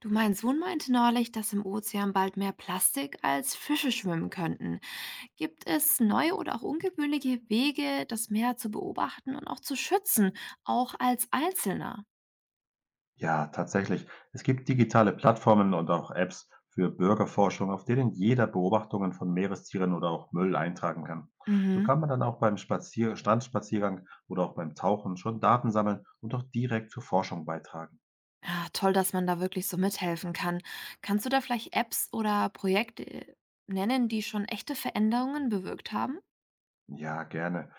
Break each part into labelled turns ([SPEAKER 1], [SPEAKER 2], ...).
[SPEAKER 1] Du, mein Sohn meinte neulich, dass im Ozean bald mehr Plastik als Fische schwimmen könnten. Gibt es neue oder auch ungewöhnliche Wege, das Meer zu beobachten und auch zu schützen, auch als Einzelner?
[SPEAKER 2] Ja, tatsächlich. Es gibt digitale Plattformen und auch Apps für Bürgerforschung, auf denen jeder Beobachtungen von Meerestieren oder auch Müll eintragen kann. So
[SPEAKER 1] Mhm.
[SPEAKER 2] kann man dann auch beim Spazier Strandspaziergang oder auch beim Tauchen schon Daten sammeln und auch direkt zur Forschung beitragen.
[SPEAKER 1] Ja, toll, dass man da wirklich so mithelfen kann. Kannst du da vielleicht Apps oder Projekte nennen, die schon echte Veränderungen bewirkt haben?
[SPEAKER 2] Ja, gerne.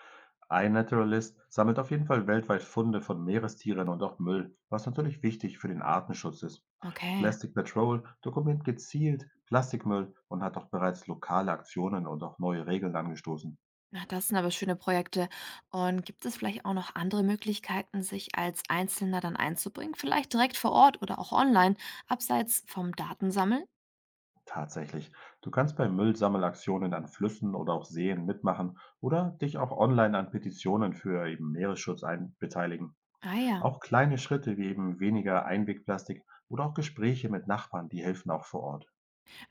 [SPEAKER 2] iNaturalist sammelt auf jeden Fall weltweit Funde von Meerestieren und auch Müll, was natürlich wichtig für den Artenschutz ist.
[SPEAKER 1] Okay.
[SPEAKER 2] Plastic Patrol dokumentiert gezielt Plastikmüll und hat auch bereits lokale Aktionen und auch neue Regeln angestoßen.
[SPEAKER 1] Na, das sind aber schöne Projekte. Und gibt es vielleicht auch noch andere Möglichkeiten, sich als Einzelner dann einzubringen? Vielleicht direkt vor Ort oder auch online, abseits vom Datensammeln?
[SPEAKER 2] Tatsächlich. Du kannst bei Müllsammelaktionen an Flüssen oder auch Seen mitmachen oder dich auch online an Petitionen für eben Meeresschutz ein beteiligen.
[SPEAKER 1] Ah ja,
[SPEAKER 2] Auch kleine Schritte wie eben weniger Einwegplastik oder auch Gespräche mit Nachbarn, die helfen auch vor Ort.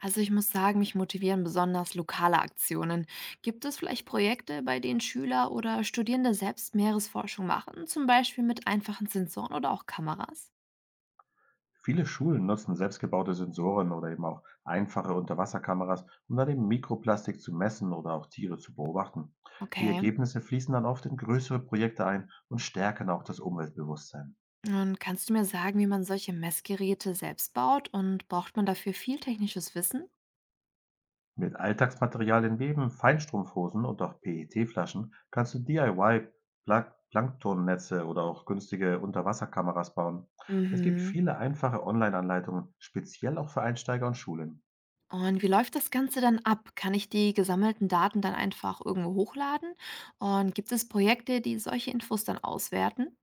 [SPEAKER 1] also ich muss sagen, mich motivieren besonders lokale Aktionen. Gibt es vielleicht Projekte, bei denen Schüler oder Studierende selbst Meeresforschung machen, zum Beispiel mit einfachen Sensoren oder auch Kameras?
[SPEAKER 2] Viele Schulen nutzen selbstgebaute Sensoren oder eben auch einfache Unterwasserkameras, um dann eben Mikroplastik zu messen oder auch Tiere zu beobachten. Die
[SPEAKER 1] Okay,
[SPEAKER 2] Ergebnisse fließen dann oft in größere Projekte ein und stärken auch das Umweltbewusstsein.
[SPEAKER 1] und kannst du mir sagen, wie man solche Messgeräte selbst baut und braucht man dafür viel technisches Wissen?
[SPEAKER 2] Mit Alltagsmaterialien wie eben Feinstrumpfhosen und auch PET-Flaschen kannst du DIY-Plank Planktonnetze oder auch günstige Unterwasserkameras bauen. Es gibt
[SPEAKER 1] Mhm.
[SPEAKER 2] viele einfache Online-Anleitungen, speziell auch für Einsteiger und Schulen.
[SPEAKER 1] Und wie läuft das Ganze dann ab? Kann ich die gesammelten Daten dann einfach irgendwo hochladen? Und gibt es Projekte, die solche Infos dann auswerten?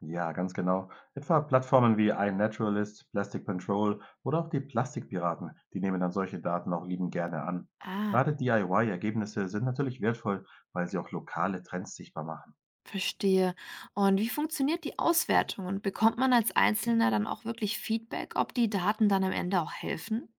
[SPEAKER 2] Ja, ganz genau. Etwa Plattformen wie iNaturalist, Plastic Control oder auch die Plastikpiraten, die nehmen dann solche Daten auch liebend gerne an.
[SPEAKER 1] Ah,
[SPEAKER 2] Gerade DIY-Ergebnisse sind natürlich wertvoll, weil sie auch lokale Trends sichtbar machen.
[SPEAKER 1] verstehe. Und wie funktioniert die Auswertung? Und bekommt man als Einzelner dann auch wirklich Feedback, ob die Daten dann am Ende auch helfen?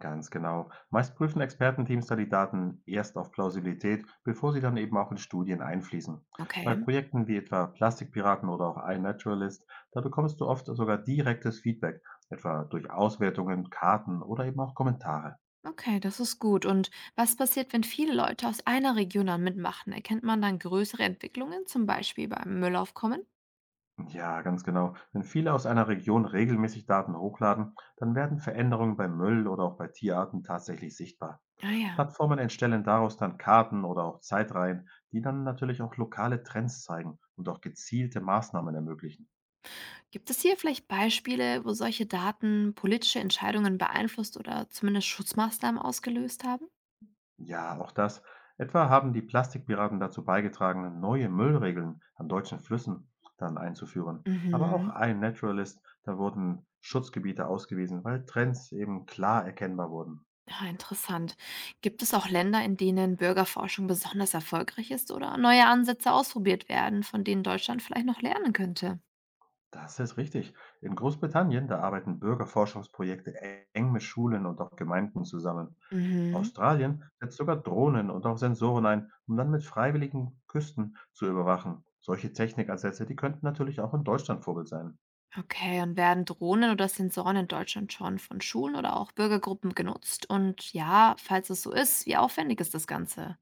[SPEAKER 2] Ganz genau. Meist prüfen Expertenteams da die Daten erst auf Plausibilität, bevor sie dann eben auch in Studien einfließen. Bei
[SPEAKER 1] Okay,
[SPEAKER 2] Projekten wie etwa Plastikpiraten oder auch iNaturalist, da bekommst du oft sogar direktes Feedback, etwa durch Auswertungen, Karten oder eben auch Kommentare.
[SPEAKER 1] okay, das ist gut. Und was passiert, wenn viele Leute aus einer Region dann mitmachen? Erkennt man dann größere Entwicklungen, zum Beispiel beim Müllaufkommen?
[SPEAKER 2] Ja, ganz genau. Wenn viele aus einer Region regelmäßig Daten hochladen, dann werden Veränderungen beim Müll oder auch bei Tierarten tatsächlich sichtbar.
[SPEAKER 1] Ah ja.
[SPEAKER 2] Plattformen erstellen daraus dann Karten oder auch Zeitreihen, die dann natürlich auch lokale Trends zeigen und auch gezielte Maßnahmen ermöglichen.
[SPEAKER 1] Gibt es hier vielleicht Beispiele, wo solche Daten politische Entscheidungen beeinflusst oder zumindest Schutzmaßnahmen ausgelöst haben?
[SPEAKER 2] Ja, auch das. Etwa haben die Plastikpiraten dazu beigetragen, neue Müllregeln an deutschen Flüssen dann einzuführen. Aber auch
[SPEAKER 1] Mhm.
[SPEAKER 2] ein Naturalist, da wurden Schutzgebiete ausgewiesen, weil Trends eben klar erkennbar wurden.
[SPEAKER 1] Ja, interessant. Gibt es auch Länder, in denen Bürgerforschung besonders erfolgreich ist oder neue Ansätze ausprobiert werden, von denen Deutschland vielleicht noch lernen könnte?
[SPEAKER 2] Das ist richtig. In Großbritannien, da arbeiten Bürgerforschungsprojekte eng mit Schulen und auch Gemeinden zusammen.
[SPEAKER 1] Mhm.
[SPEAKER 2] Australien setzt sogar Drohnen und auch Sensoren ein, um dann mit freiwilligen Küsten zu überwachen. Solche Technikansätze, die könnten natürlich auch in Deutschland Vorbild sein.
[SPEAKER 1] Okay, und werden Drohnen oder Sensoren in Deutschland schon von Schulen oder auch Bürgergruppen genutzt? Und ja, falls es so ist, wie aufwendig ist das Ganze?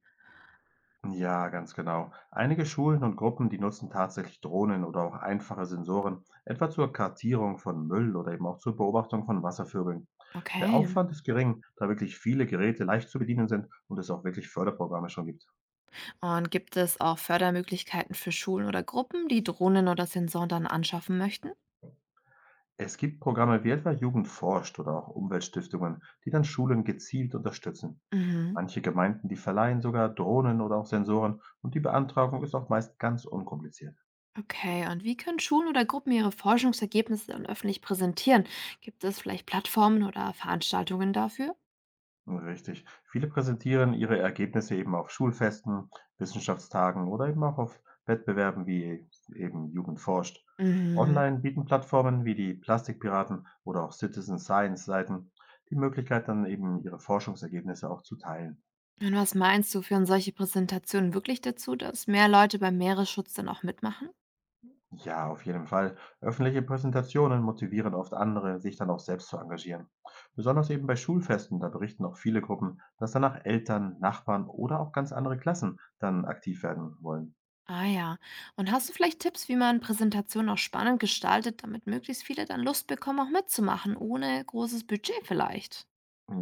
[SPEAKER 2] Ja, ganz genau. Einige Schulen und Gruppen, die nutzen tatsächlich Drohnen oder auch einfache Sensoren, etwa zur Kartierung von Müll oder eben auch zur Beobachtung von Wasservögeln. Der
[SPEAKER 1] Okay.
[SPEAKER 2] Aufwand ist gering, da wirklich viele Geräte leicht zu bedienen sind und es auch wirklich Förderprogramme schon gibt.
[SPEAKER 1] Und gibt es auch Fördermöglichkeiten für Schulen oder Gruppen, die Drohnen oder Sensoren dann anschaffen möchten?
[SPEAKER 2] Es gibt Programme wie etwa Jugend forscht oder auch Umweltstiftungen, die dann Schulen gezielt unterstützen.
[SPEAKER 1] Mhm.
[SPEAKER 2] Manche Gemeinden, die verleihen sogar Drohnen oder auch Sensoren und die Beantragung ist auch meist ganz unkompliziert.
[SPEAKER 1] Okay, und wie können Schulen oder Gruppen ihre Forschungsergebnisse dann öffentlich präsentieren? Gibt es vielleicht Plattformen oder Veranstaltungen dafür?
[SPEAKER 2] Richtig. Viele präsentieren ihre Ergebnisse eben auf Schulfesten, Wissenschaftstagen oder eben auch auf Wettbewerben wie eben Jugend forscht.
[SPEAKER 1] Mhm.
[SPEAKER 2] Online bieten Plattformen wie die Plastikpiraten oder auch Citizen Science Seiten die Möglichkeit, dann eben ihre Forschungsergebnisse auch zu teilen.
[SPEAKER 1] Und was meinst du, führen solche Präsentationen wirklich dazu, dass mehr Leute beim Meeresschutz dann auch mitmachen?
[SPEAKER 2] Ja, auf jeden Fall. Öffentliche Präsentationen motivieren oft andere, sich dann auch selbst zu engagieren. Besonders eben bei Schulfesten, da berichten auch viele Gruppen, dass danach Eltern, Nachbarn oder auch ganz andere Klassen dann aktiv werden wollen.
[SPEAKER 1] Ah ja. Und hast du vielleicht Tipps, wie man Präsentationen auch spannend gestaltet, damit möglichst viele dann Lust bekommen, auch mitzumachen, ohne großes Budget vielleicht?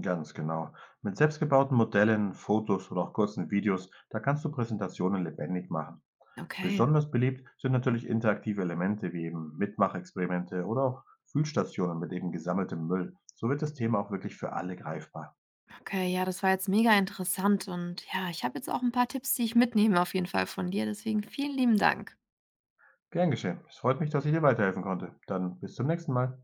[SPEAKER 2] Ganz genau. Mit selbstgebauten Modellen, Fotos oder auch kurzen Videos, da kannst du Präsentationen lebendig machen.
[SPEAKER 1] Okay.
[SPEAKER 2] Besonders beliebt sind natürlich interaktive Elemente wie eben Mitmachexperimente oder auch Fühlstationen mit eben gesammeltem Müll. So wird das Thema auch wirklich für alle greifbar.
[SPEAKER 1] Okay, ja, das war jetzt mega interessant und ja, ich habe jetzt auch ein paar Tipps, die ich mitnehme auf jeden Fall von dir, deswegen vielen lieben Dank.
[SPEAKER 2] Gern geschehen. Es freut mich, dass ich dir weiterhelfen konnte. Dann bis zum nächsten Mal.